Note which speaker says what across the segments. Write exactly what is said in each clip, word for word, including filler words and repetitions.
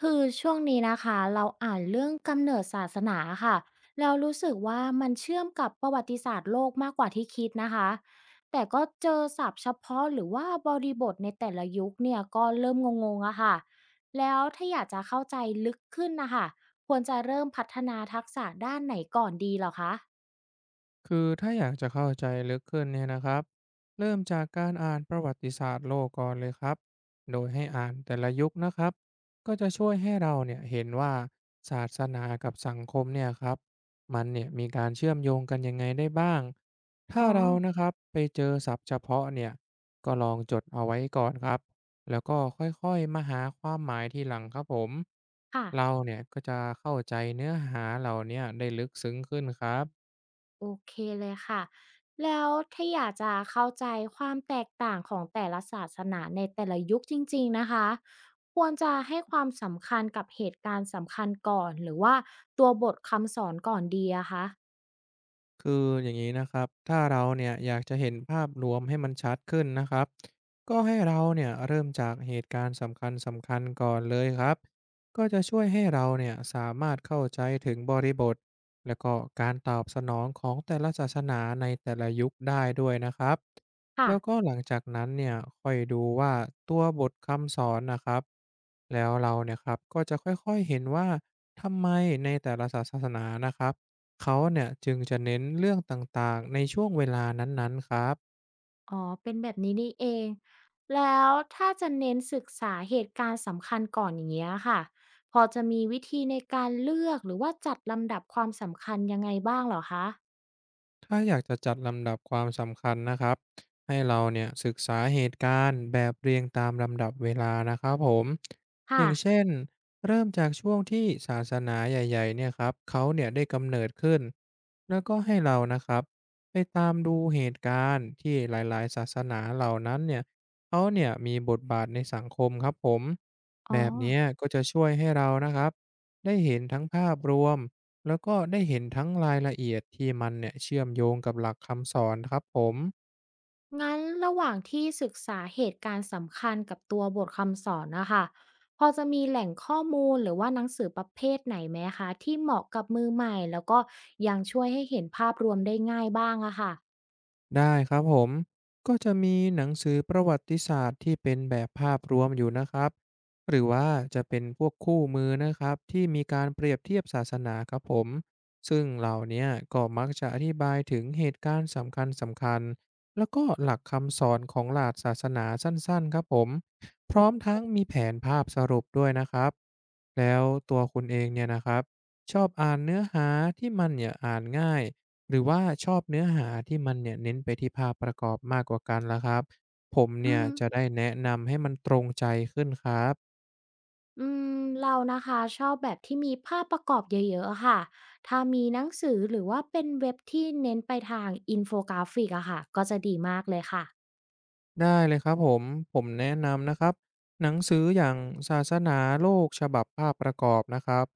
Speaker 1: คือช่วงนี้นะคะเราอ่านเรื่องกำเนิดศาสนาค่ะเรารู้สึกว่ามันเชื่อมกับประวัติศาสตร์โลกมากกว่าที่คิดนะคะแต่ก็เจอศัพท์เฉพาะหรือว่าบริบทในแต่ละยุคเนี่ยก็เริ่มงงๆอะค่ะแล้วถ้าอยากจะเข้าใจลึกขึ้นนะคะควรจะเริ่มพัฒนาทักษะด้านไหนก่อนดีเหรอคะ
Speaker 2: คือถ้าอยากจะเข้าใจลึกขึ้นเนี่ยนะครับเริ่มจากการอ่านประวัติศาสตร์โลกก่อนเลยครับโดยให้อ่านแต่ละยุคนะครับก็จะช่วยให้เราเนี่ยเห็นว่าศาสนากับสังคมเนี่ยครับมันเนี่ยมีการเชื่อมโยงกันยังไงได้บ้างถ้า
Speaker 1: อ๋อ
Speaker 2: เรานะครับไปเจอศัพท์เฉพาะเนี่ยก็ลองจดเอาไว้ก่อนครับแล้วก็ค่อยๆมาหาความหมายทีหลังครับผม
Speaker 1: ค่ะ
Speaker 2: เราเนี่ยก็จะเข้าใจเนื้อหาเหล่าเนี้ได้ลึกซึ้งขึ้นครับ
Speaker 1: โอเคเลยค่ะ แล้วถ้าอยากจะเข้าใจความแตกต่างของแต่ละศาสนาในแต่ละยุคจริงๆ นะคะ ควรจะให้ความสำคัญกับเหตุการณ์สำคัญก่อน หรือว่าตัวบทคำสอนก่อนดีอะคะ
Speaker 2: คืออย่างนี้นะครับถ้าเราเนี่ยอยากจะเห็นภาพรวมให้มันชัดขึ้นนะครับก็ให้เราเนี่ยเริ่มจากเหตุการณ์สำคัญสำคัญก่อนเลยครับก็จะช่วยให้เราเนี่ยสามารถเข้าใจถึงบริบทและก็การตอบสนองของแต่ละศาสนาในแต่ละยุคได้ด้วยนะครับ
Speaker 1: ค่ะ
Speaker 2: แล้วก็หลังจากนั้นเนี่ยค่อยดูว่าตัวบทคำสอนนะครับแล้วเราเนี่ยครับก็จะค่อยๆเห็นว่าทำไมในแต่ละศาสนานะครับ เขาเนี่ยจึงจะเน้นเรื่องต่างๆ ในช่วงเวลานั้นๆ ครับ
Speaker 1: อ๋อเป็นแบบนี้นี่เองแล้วถ้าจะเน้นศึกษาเหตุการณ์สำคัญก่อนอย่างเงี้ยค่ะพอจะมีวิธีในการเลือกหรือว่าจัดลำดับความสำคัญยังไงบ้างเหรอคะ
Speaker 2: ถ้าอยากจะจัดลำดับความสำคัญนะครับให้เราเนี่ยศึกษาเหตุการณ์แบบเรียงตามลำดับเวลานะครับผมอ
Speaker 1: ค่ะ
Speaker 2: ย่างเช่นเริ่มจากช่วงที่ศาสนาใหญ่ๆเนี่ยครับเขาเนี่ยได้กำเนิดขึ้นแล้วก็ให้เรานะครับไปตามดูเหตุการณ์ที่หลายๆศาสนาเหล่านั้นเนี่ยเขาเนี่ยมีบทบาทในสังคมครับผม
Speaker 1: อ๋อ
Speaker 2: แบบเนี้ยก็จะช่วยให้เรานะครับได้เห็นทั้งภาพรวม แล้วก็ได้เห็นทั้งรายละเอียดที่มันเนี่ยเชื่อมโยงกับหลักคำสอนครับผม
Speaker 1: งั้นระหว่างที่ศึกษาเหตุการณ์สำคัญกับตัวบทคำสอนนะคะพอจะมีแหล่งข้อมูลหรือว่าหนังสือประเภทไหนไหมคะที่เหมาะกับมือใหม่แล้วก็ยังช่วยให้เห็นภาพรวมได้ง่ายบ้างอะค่ะ
Speaker 2: ได้ครับผมก็จะมีหนังสือประวัติศาสตร์ที่เป็นแบบภาพรวมอยู่นะครับหรือว่าจะเป็นพวกคู่มือนะครับที่มีการเปรียบเทียบศาสนาครับผมซึ่งเหล่าเนี้ยก็มักจะอธิบายถึงเหตุการณ์สำคัญสำคัญแล้วก็หลักคำสอนของหลักศาสนาสั้นๆครับผมพร้อมทั้งมีแผนภาพสรุปด้วยนะครับแล้วตัวคุณเองเนี่ยนะครับชอบอ่านเนื้อหาที่มันเนี่ยอ่านง่าย หรือว่าชอบเนื้อหาที่มันเนี่ยเน้นไปที่ภาพประกอบมากกว่ากันล่ะครับผม
Speaker 1: อื
Speaker 2: เนี่ย
Speaker 1: ม
Speaker 2: จะได้แนะนำให้มันตรงใจขึ้นครับ
Speaker 1: อืมเรานะคะชอบแบบที่มีภาพประกอบเยอะๆอะค่ะถ้ามีหนังสือหรือว่าเป็นเว็บที่เน้นไปทางอินโฟกราฟิกอะค่ะก็จะดีมากเลยค่ะ
Speaker 2: ได้เลยครับผมผมแนะนำนะครับหนังสืออย่างศาสนาโลกฉบับภาพประกอบนะครับ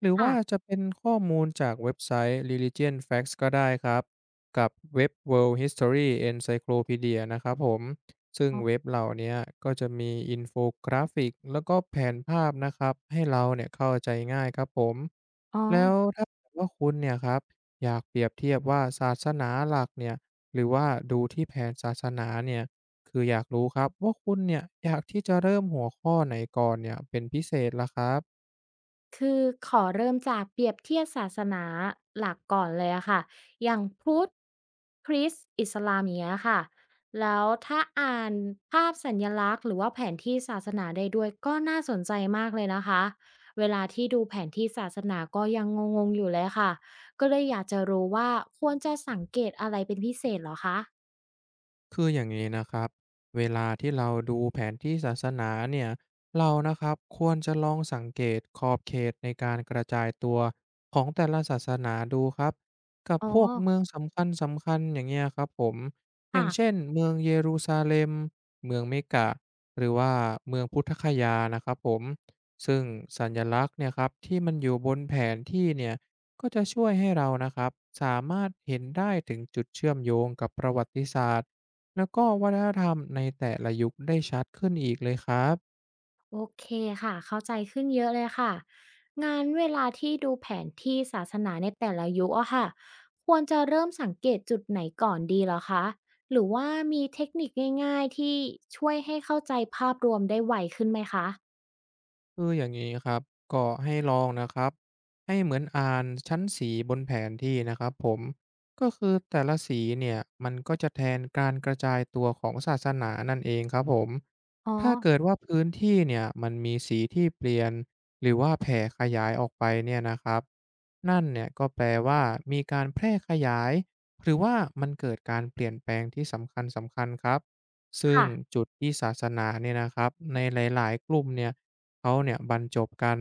Speaker 2: หรือ
Speaker 1: ค่ะ
Speaker 2: ว่าจะเป็นข้อมูลจากเว็บไซต์ รีลิเจียน แฟคส์ ก็ได้ครับกับเว็บ เวิลด์ ฮิสตอรี เอ็นไซโคลพีเดีย นะครับผมซึ่งเว็บเหล่าเนี้ยก็จะมีอินโฟกราฟิกแล้วก็แผนภาพนะครับให้เราเนี่ยเข้าใจง่ายครับผม
Speaker 1: อ๋อ
Speaker 2: แล้วถ้าเกิดว่าคุณเนี่ยครับอยากเปรียบเทียบว่าศาสนาหลักเนี่ยหรือว่าดูที่แผนศาสนาเนี่ย คืออยากรู้ครับว่าคุณเนี่ยอยากที่จะเริ่มหัวข้อไหนก่อนเนี่ยเป็นพิเศษล่ะครับ
Speaker 1: คือขอเริ่มจากเปรียบเทียบศาสนาหลักก่อนเลยอะค่ะอย่างพุทธคริสต์อิสลามอย่างเงี้ยค่ะแล้วถ้าอ่านภาพสัญลักษณ์หรือว่าแผนที่ศาสนาได้ด้วยก็น่าสนใจมากเลยนะคะ เวลาที่ดูแผนที่ศาสนาก็ยังงงๆอยู่เลยค่ะ ก็เลยอยากจะรู้ว่าควรจะสังเกตอะไรเป็นพิเศษเหรอคะ
Speaker 2: คืออย่างนี้นะครับเวลาที่เราดูแผนที่ศาสนาเนี่ยเรานะครับควรจะลองสังเกตขอบเขตในการกระจายตัวของแต่ละศาสนาดูครับกับ
Speaker 1: อ๋อ
Speaker 2: พวกเมืองสำคัญสำคัญอย่างเงี้ยครับผมอ
Speaker 1: ค่ะ
Speaker 2: ย่างเช่นเมืองเยรูซาเล็มเมืองเมกะหรือว่าเมืองพุทธคยานะครับผมซึ่งสัญลักษณ์เนี่ยครับที่มันอยู่บนแผนที่เนี่ยก็จะช่วยให้เรานะครับสามารถเห็นได้ถึงจุดเชื่อมโยงกับประวัติศาสตร์ แล้วก็วัฒนธรรมในแต่ละยุคได้ชัดขึ้นอีกเลยครับ
Speaker 1: โอเคค่ะเข้าใจขึ้นเยอะเลยค่ะงานเวลาที่ดูแผนที่ศาสนาในแต่ละยุคอะค่ะควรจะเริ่มสังเกตจุดไหนก่อนดีเหรอคะหรือว่ามีเทคนิคง่ายๆที่ช่วยให้เข้าใจภาพรวมได้ไวขึ้นไหมคะ
Speaker 2: คืออย่างนี้ครับก็ให้ลองนะครับให้เหมือนอ่านชั้นสีบนแผนที่นะครับผมก็คือแต่ละสีเนี่ยมันก็จะแทนการกระจายตัวของศาสนานั่นเองครับผม
Speaker 1: อ๋อ
Speaker 2: ถ้าเกิดว่าพื้นที่เนี่ยมันมีสีที่เปลี่ยนหรือว่าแผ่ขยายออกไปเนี่ยนะครับนั่นเนี่ยก็แปลว่ามีการแพร่ขยายหรือว่ามันเกิดการเปลี่ยนแปลงที่สำคัญสำคัญครับซึ่ง
Speaker 1: ค่ะ
Speaker 2: จุดที่ศาสนาเนี่ยนะครับในหลายๆกลุ่มเนี่ย เขาเนี่ยบรรจบกัน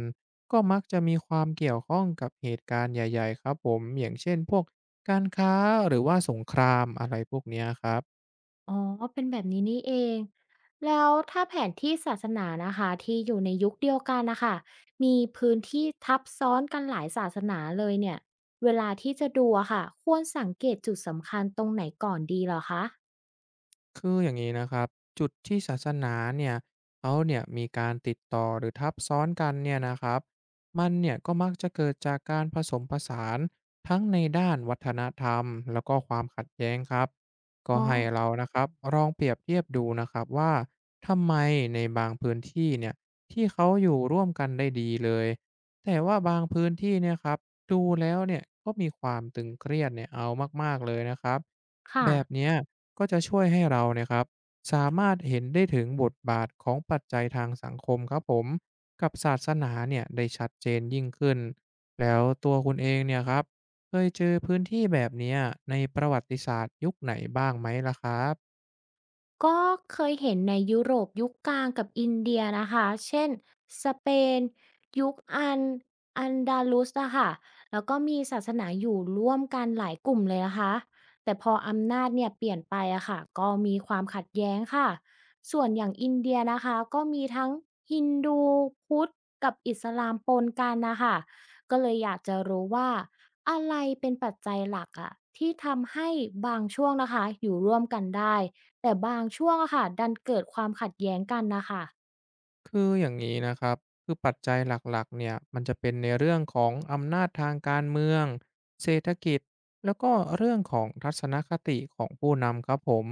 Speaker 2: ก็มักจะมีความเกี่ยวข้องกับเหตุการณ์ใหญ่ๆครับผมอย่างเช่นพวกการค้าหรือว่าสงครามอะไรพวกเนี้ยครับ
Speaker 1: อ๋อ เป็นแบบนี้นี่เอง แล้วถ้าแผนที่ศาสนานะคะที่อยู่ในยุคเดียวกันนะคะ มีพื้นที่ทับซ้อนกันหลายศาสนาเลยเนี่ย เวลาที่จะดูอะค่ะควรสังเกตจุดสำคัญตรงไหนก่อนดีเหรอคะ
Speaker 2: คืออย่างนี้นะครับจุดที่ศาสนาเนี่ยเขาเนี่ยมีการติดต่อหรือทับซ้อนกันเนี่ยนะครับมันเนี่ยก็มักจะเกิดจากการผสมผสานทั้งในด้านวัฒนธรรมแล้วก็ความขัดแย้งครับก็
Speaker 1: อ๋อ
Speaker 2: ให้เรานะครับลองเปรียบเทียบดูนะครับว่าทำไมในบางพื้นที่เนี่ยที่เขาอยู่ร่วมกันได้ดีเลยแต่ว่าบางพื้นที่เนี่ยครับดูแล้วเนี่ยก็มีความตึงเครียดเนี่ยเอามากๆเลยนะครับ
Speaker 1: ค่ะ
Speaker 2: แบบเนี้ยก็จะช่วยให้เราเนี่ยครับสามารถเห็นได้ถึงบทบาทของปัจจัยทางสังคมครับผมกับศาสนาเนี่ยได้ชัดเจนยิ่งขึ้นแล้วตัวคุณเองเนี่ยครับเคยเจอพื้นที่แบบเนี้ยในประวัติศาสตร์ยุคไหนบ้างไหมล่ะครับ
Speaker 1: ก็เคยเห็นในยุโรปยุคกลางกับอินเดียนะคะเช่น สเปนยุคอันอันดาลุสอะค่ะแล้วก็มีศาสนาอยู่ร่วมกันหลายกลุ่มเลยนะคะ แต่พออำนาจเนี่ยเปลี่ยนไปอะค่ะก็มีความขัดแย้งค่ะ ส่วนอย่างอินเดียนะคะ ก็มีทั้งฮินดูพุทธกับอิสลามปนกันนะคะ ก็เลยอยากจะรู้ว่าอะไรเป็นปัจจัยหลักอะที่ทำให้บางช่วงนะคะอยู่ร่วมกันได้ แต่บางช่วงอะค่ะดันเกิดความขัดแย้งกันน่ะค่ะ
Speaker 2: คืออย่างนี้นะครับคือปัจจัยหลักๆเนี่ยมันจะเป็นในเรื่องของอำนาจทางการเมืองเศรษฐกิจแล้วก็เรื่องของทัศนคติของผู้นำครับผม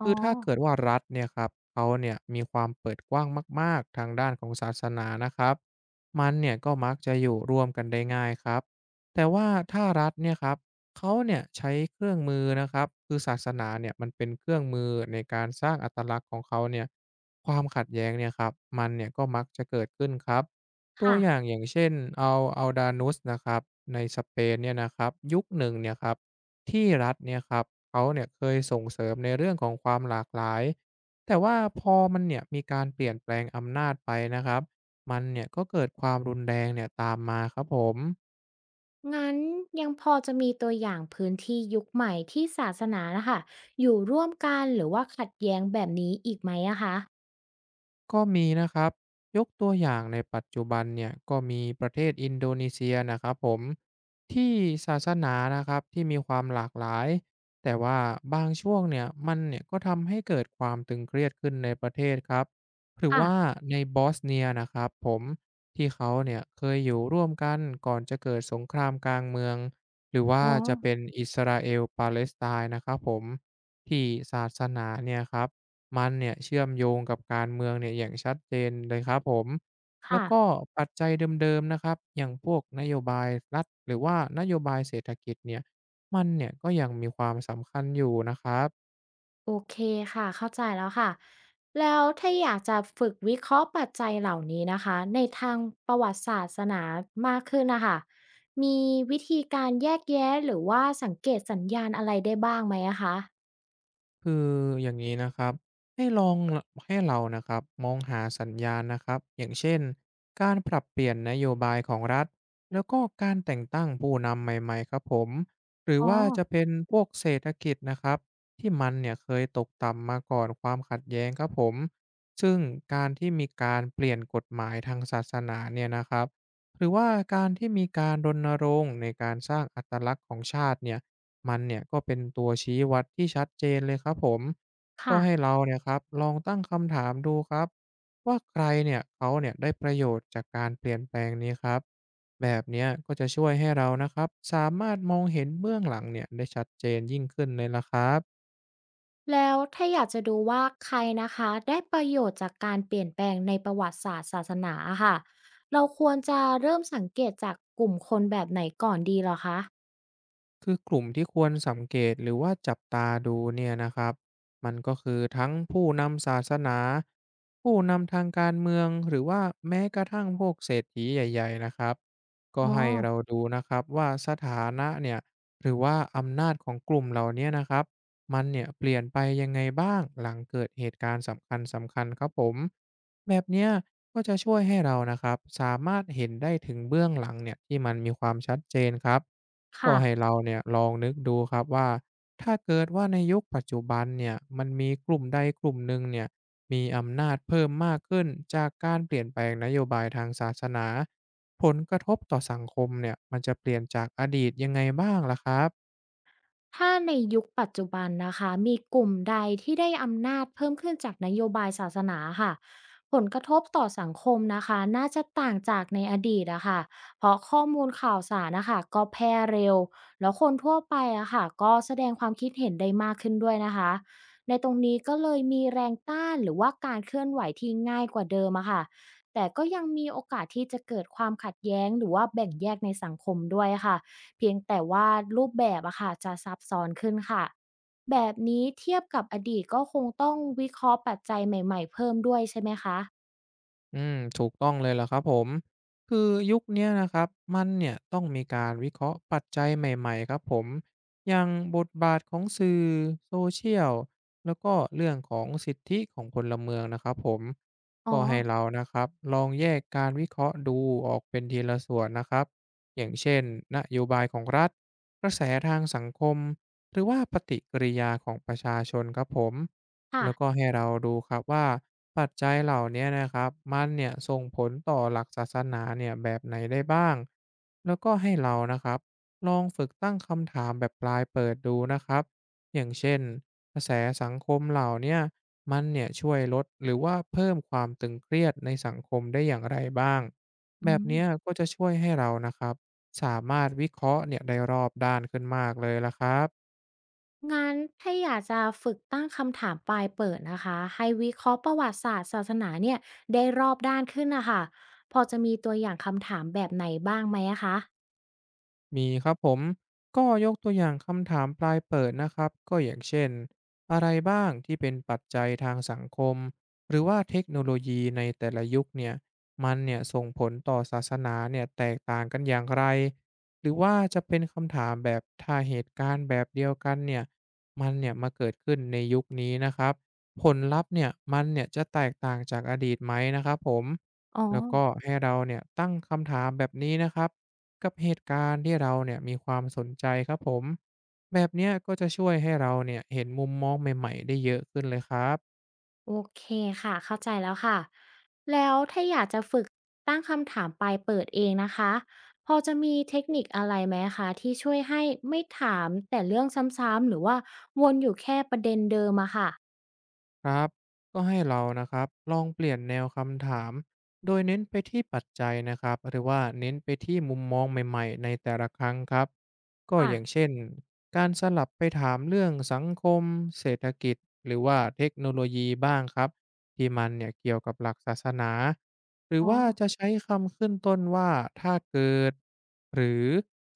Speaker 1: อ๋อ
Speaker 2: คือถ้าเกิดว่ารัฐเนี่ยครับเขาเนี่ยมีความเปิดกว้างมากๆทางด้านของศาสนานะครับมันเนี่ยก็มักจะอยู่ร่วมกันได้ง่ายครับแต่ว่าถ้ารัฐเนี่ยครับ เขาเนี่ยใช้เครื่องมือนะครับคือศาสนาเนี่ยมันเป็นเครื่องมือในการสร้างอัตลักษณ์ของเขาเนี่ยความขัดแย้งเนี่ยครับมันเนี่ยก็มักจะเกิดขึ้นครับตัวอย่าง
Speaker 1: ค่ะ
Speaker 2: อย่างเช่นเอาเอาดานุสนะครับในสเปนเนี่ยนะครับยุคหนึ่งเนี่ยครับที่รัฐเนี่ยครับเขาเนี่ยเคยส่งเสริมในเรื่องของความหลากหลายแต่ว่าพอมันเนี่ยมีการเปลี่ยนแปลงอำนาจไปนะครับมันเนี่ยก็เกิดความรุนแรงเนี่ยตามมาครับผม
Speaker 1: งั้นยังพอจะมีตัวอย่างพื้นที่ยุคใหม่ที่ศาสนาน่ะค่ะอยู่ร่วมกันหรือว่าขัดแย้งแบบนี้อีกไหมอะคะ
Speaker 2: ก็มีนะครับ ยกตัวอย่างในปัจจุบันเนี่ยก็มีประเทศอินโดนีเซียนะครับผมที่ศาสนานะครับที่มีความหลากหลายแต่ว่าบางช่วงเนี่ยมันเนี่ยก็ทำให้เกิดความตึงเครียดขึ้นในประเทศครับหรือ
Speaker 1: ค่ะ
Speaker 2: ว่าในบอสเนียนะครับผมที่เขาเนี่ยเคยอยู่ร่วมกันก่อนจะเกิดสงครามกลางเมืองหรือว่า
Speaker 1: อ๋อ
Speaker 2: จะเป็นอิสราเอลปาเลสไตน์นะครับผมที่ศาสนาเนี่ยครับ มันเนี่ยเชื่อมโยงกับการเมืองเนี่ยอย่างชัดเจนเลยครับผมแล้
Speaker 1: ค่ะ
Speaker 2: วก็ปัจจัยเดิมๆนะครับอย่างพวกนโยบายรัฐหรือว่านโยบายเศรษฐกิจเนี่ยมันเนี่ยก็ยังมีความสำคัญอยู่นะครับ
Speaker 1: โอเคค่ะเข้าใจแล้วค่ะแล้วถ้าอยากจะฝึกวิเคราะห์ปัจจัยเหล่านี้นะคะในทางประวัติศาสนามากขึ้นน่ะค่ะมีวิธีการแยกแยะหรือว่าสังเกตสัญญาณอะไรได้บ้างไหมอะคะ
Speaker 2: คืออย่างนี้นะครับให้ลองให้เรานะครับมองหาสัญญาณนะครับอย่างเช่นการปรับเปลี่ยนนโยบายของรัฐแล้วก็การแต่งตั้งผู้นำใหม่ๆครับผมหรือ
Speaker 1: อ๋อ
Speaker 2: ว่าจะเป็นพวกเศรษฐกิจนะครับที่มันเนี่ยเคยตกต่ำมาก่อนความขัดแย้งครับผมซึ่งการที่มีการเปลี่ยนกฎหมายทางศาสนาเนี่ยนะครับหรือว่าการที่มีการรณรงค์ในการสร้างอัตลักษณ์ของชาติเนี่ย มันเนี่ยก็เป็นตัวชี้วัดที่ชัดเจนเลยครับผม ก็
Speaker 1: ค่ะ
Speaker 2: ให้เราเนี่ยครับลองตั้งคำถามดูครับว่าใครเนี่ยเขาเนี่ยได้ประโยชน์จากการเปลี่ยนแปลงนี้ครับแบบเนี้ยก็จะช่วยให้เรานะครับสามารถมองเห็นเบื้องหลังเนี่ยได้ชัดเจนยิ่งขึ้นเลยละครับ
Speaker 1: แล้วถ้าอยากจะดูว่าใครนะคะได้ประโยชน์จากการเปลี่ยนแปลงในประวัติศาสตร์ศาสนาอะค่ะเราควรจะเริ่มสังเกตจากกลุ่มคนแบบไหนก่อนดีเหรอคะ
Speaker 2: คือกลุ่มที่ควรสังเกตหรือว่าจับตาดูเนี่ยนะครับมันก็คือทั้งผู้นำศาสนาผู้นำทางการเมืองหรือว่าแม้กระทั่งพวกเศรษฐีใหญ่ๆนะครับก็
Speaker 1: อ๋อ
Speaker 2: ให้เราดูนะครับว่าสถานะเนี่ยหรือว่าอำนาจของกลุ่มเหล่านี้นะครับมันเนี่ยเปลี่ยนไปยังไงบ้างหลังเกิดเหตุการณ์สำคัญสำคัญครับผมแบบเนี้ยก็จะช่วยให้เรานะครับสามารถเห็นได้ถึงเบื้องหลังเนี่ยที่มันมีความชัดเจนครับ ก็
Speaker 1: ค่ะ
Speaker 2: ให้เราเนี่ยลองนึกดูครับว่าถ้าเกิดว่าในยุคปัจจุบันเนี่ยมันมีกลุ่มใดกลุ่มหนึ่งเนี่ยมีอำนาจเพิ่มมากขึ้นจากการเปลี่ยนแปลงนโยบายทางศาสนาผลกระทบต่อสังคมเนี่ยมันจะเปลี่ยนจากอดีตยังไงบ้างล่ะครับ
Speaker 1: ถ้าในยุคปัจจุบันนะคะมีกลุ่มใดที่ได้อำนาจเพิ่มขึ้นจากนโยบายศาสนาค่ะผลกระทบต่อสังคมนะคะน่าจะต่างจากในอดีตอะค่ะเพราะข้อมูลข่าวสารนะคะก็แพร่เร็วแล้วคนทั่วไปอะค่ะก็แสดงความคิดเห็นได้มากขึ้นด้วยนะคะในตรงนี้ก็เลยมีแรงต้านหรือว่าการเคลื่อนไหวที่ง่ายกว่าเดิมอะค่ะแต่ก็ยังมีโอกาสที่จะเกิดความขัดแย้งหรือว่าแบ่งแยกในสังคมด้วยค่ะ เพียงแต่ว่ารูปแบบอะค่ะจะซับซ้อนขึ้นค่ะแบบนี้เทียบกับอดีตก็คงต้องวิเคราะห์ปัจจัยใหม่ๆเพิ่มด้วยใช่ไหมคะ
Speaker 2: อืมถูกต้องเลยล่ะครับผมคือยุคเนี้ยนะครับมันเนี่ยต้องมีการวิเคราะห์ปัจจัยใหม่ๆครับผมอย่างบทบาทของสื่อโซเชียลแล้วก็เรื่องของสิทธิของพลเมืองนะครับผม
Speaker 1: อ๋อ
Speaker 2: ก็ให้เรานะครับลองแยกการวิเคราะห์ดูออกเป็นทีละส่วนนะครับอย่างเช่นนโยบายของรัฐกระแสทางสังคมหรือว่าปฏิกิริยาของประชาชนครับผม
Speaker 1: ค่ะ
Speaker 2: แล้วก็ให้เราดูครับว่าปัจจัยเหล่าเนี้ยนะครับมันเนี่ยส่งผลต่อหลักศาสนาเนี่ยแบบไหนได้บ้างแล้วก็ให้เรานะครับลองฝึกตั้งคำถามแบบปลายเปิดดูนะครับอย่างเช่นกระแสสังคมเหล่าเนี้ยมันเนี่ยช่วยลดหรือว่าเพิ่มความตึงเครียดในสังคมได้อย่างไรบ้าง
Speaker 1: อื
Speaker 2: แบบเนี้ย
Speaker 1: ม
Speaker 2: ก็จะช่วยให้เรานะครับสามารถวิเคราะห์เนี่ยได้รอบด้านขึ้นมากเลยละครับ
Speaker 1: งั้นถ้าอยากจะฝึกตั้งคำถามปลายเปิดนะคะให้วิเคราะห์ประวัติศาสตร์ศาสนาเนี่ยได้รอบด้านขึ้นนะคะพอจะมีตัวอย่างคำถามแบบไหนบ้างไหมอะคะ
Speaker 2: มีครับผมก็ยกตัวอย่างคำถามปลายเปิดนะครับก็อย่างเช่นอะไรบ้างที่เป็นปัจจัยทางสังคมหรือว่าเทคโนโลยีในแต่ละยุคเนี่ยมันเนี่ยส่งผลต่อศาสนาเนี่ยแตกต่างกันอย่างไรหรือว่าจะเป็นคำถามแบบถ้าเหตุการณ์แบบเดียวกันเนี่ยมันเนี่ยมาเกิดขึ้นในยุคนี้นะครับผลลัพธ์เนี่ยมันเนี่ยจะแตกต่างจากอดีตไหมนะครับผม
Speaker 1: อ๋อ
Speaker 2: แล้วก็ให้เราเนี่ยตั้งคำถามแบบนี้นะครับ กับเหตุการณ์ที่เราเนี่ยมีความสนใจครับผมแบบเนี้ยก็จะช่วยให้เราเนี่ยเห็นมุมมองใหม่ๆได้เยอะขึ้นเลยครับ
Speaker 1: โอเคค่ะเข้าใจแล้วค่ะแล้วถ้าอยากจะฝึกตั้งคำถามปลายเปิดเองนะคะพอจะมีเทคนิคอะไรไหมคะที่ช่วยให้ไม่ถามแต่เรื่องซ้ำๆหรือว่าวนอยู่แค่ประเด็นเดิมอะค่ะ
Speaker 2: ครับก็ให้เรานะครับลองเปลี่ยนแนวคำถามโดยเน้นไปที่ปัจจัยนะครับหรือว่าเน้นไปที่มุมมองใหม่ๆในแต่ละครั้งครับก็อย่าง
Speaker 1: ค่ะ
Speaker 2: เช่นการสลับไปถามเรื่องสังคมเศรษฐกิจหรือว่าเทคโนโลยีบ้างครับที่มันเนี่ยเกี่ยวกับหลักศาสนา หรือ
Speaker 1: อ๋อ
Speaker 2: ว่าจะใช้คำขึ้นต้นว่าถ้าเกิดหรือ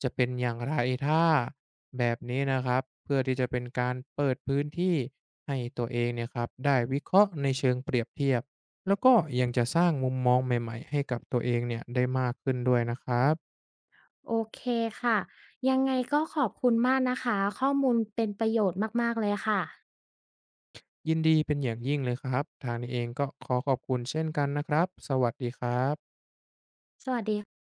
Speaker 2: จะเป็นอย่างไรถ้าแบบนี้นะครับเพื่อที่จะเป็นการเปิดพื้นที่ให้ตัวเองเนี่ยครับได้วิเคราะห์ในเชิงเปรียบเทียบแล้วก็ยังจะสร้างมุมมองใหม่ๆให้กับตัวเองเนี่ยได้มากขึ้นด้วยนะครับ
Speaker 1: โอเคค่ะยังไงก็ขอบคุณมากนะคะข้อมูลเป็นประโยชน์มากๆเลยค่ะ
Speaker 2: ยินดีเป็นอย่างยิ่งเลยครับทางนี้เองก็ขอขอบคุณเช่นกันนะครับสวัสดีครับ
Speaker 1: สวัสดี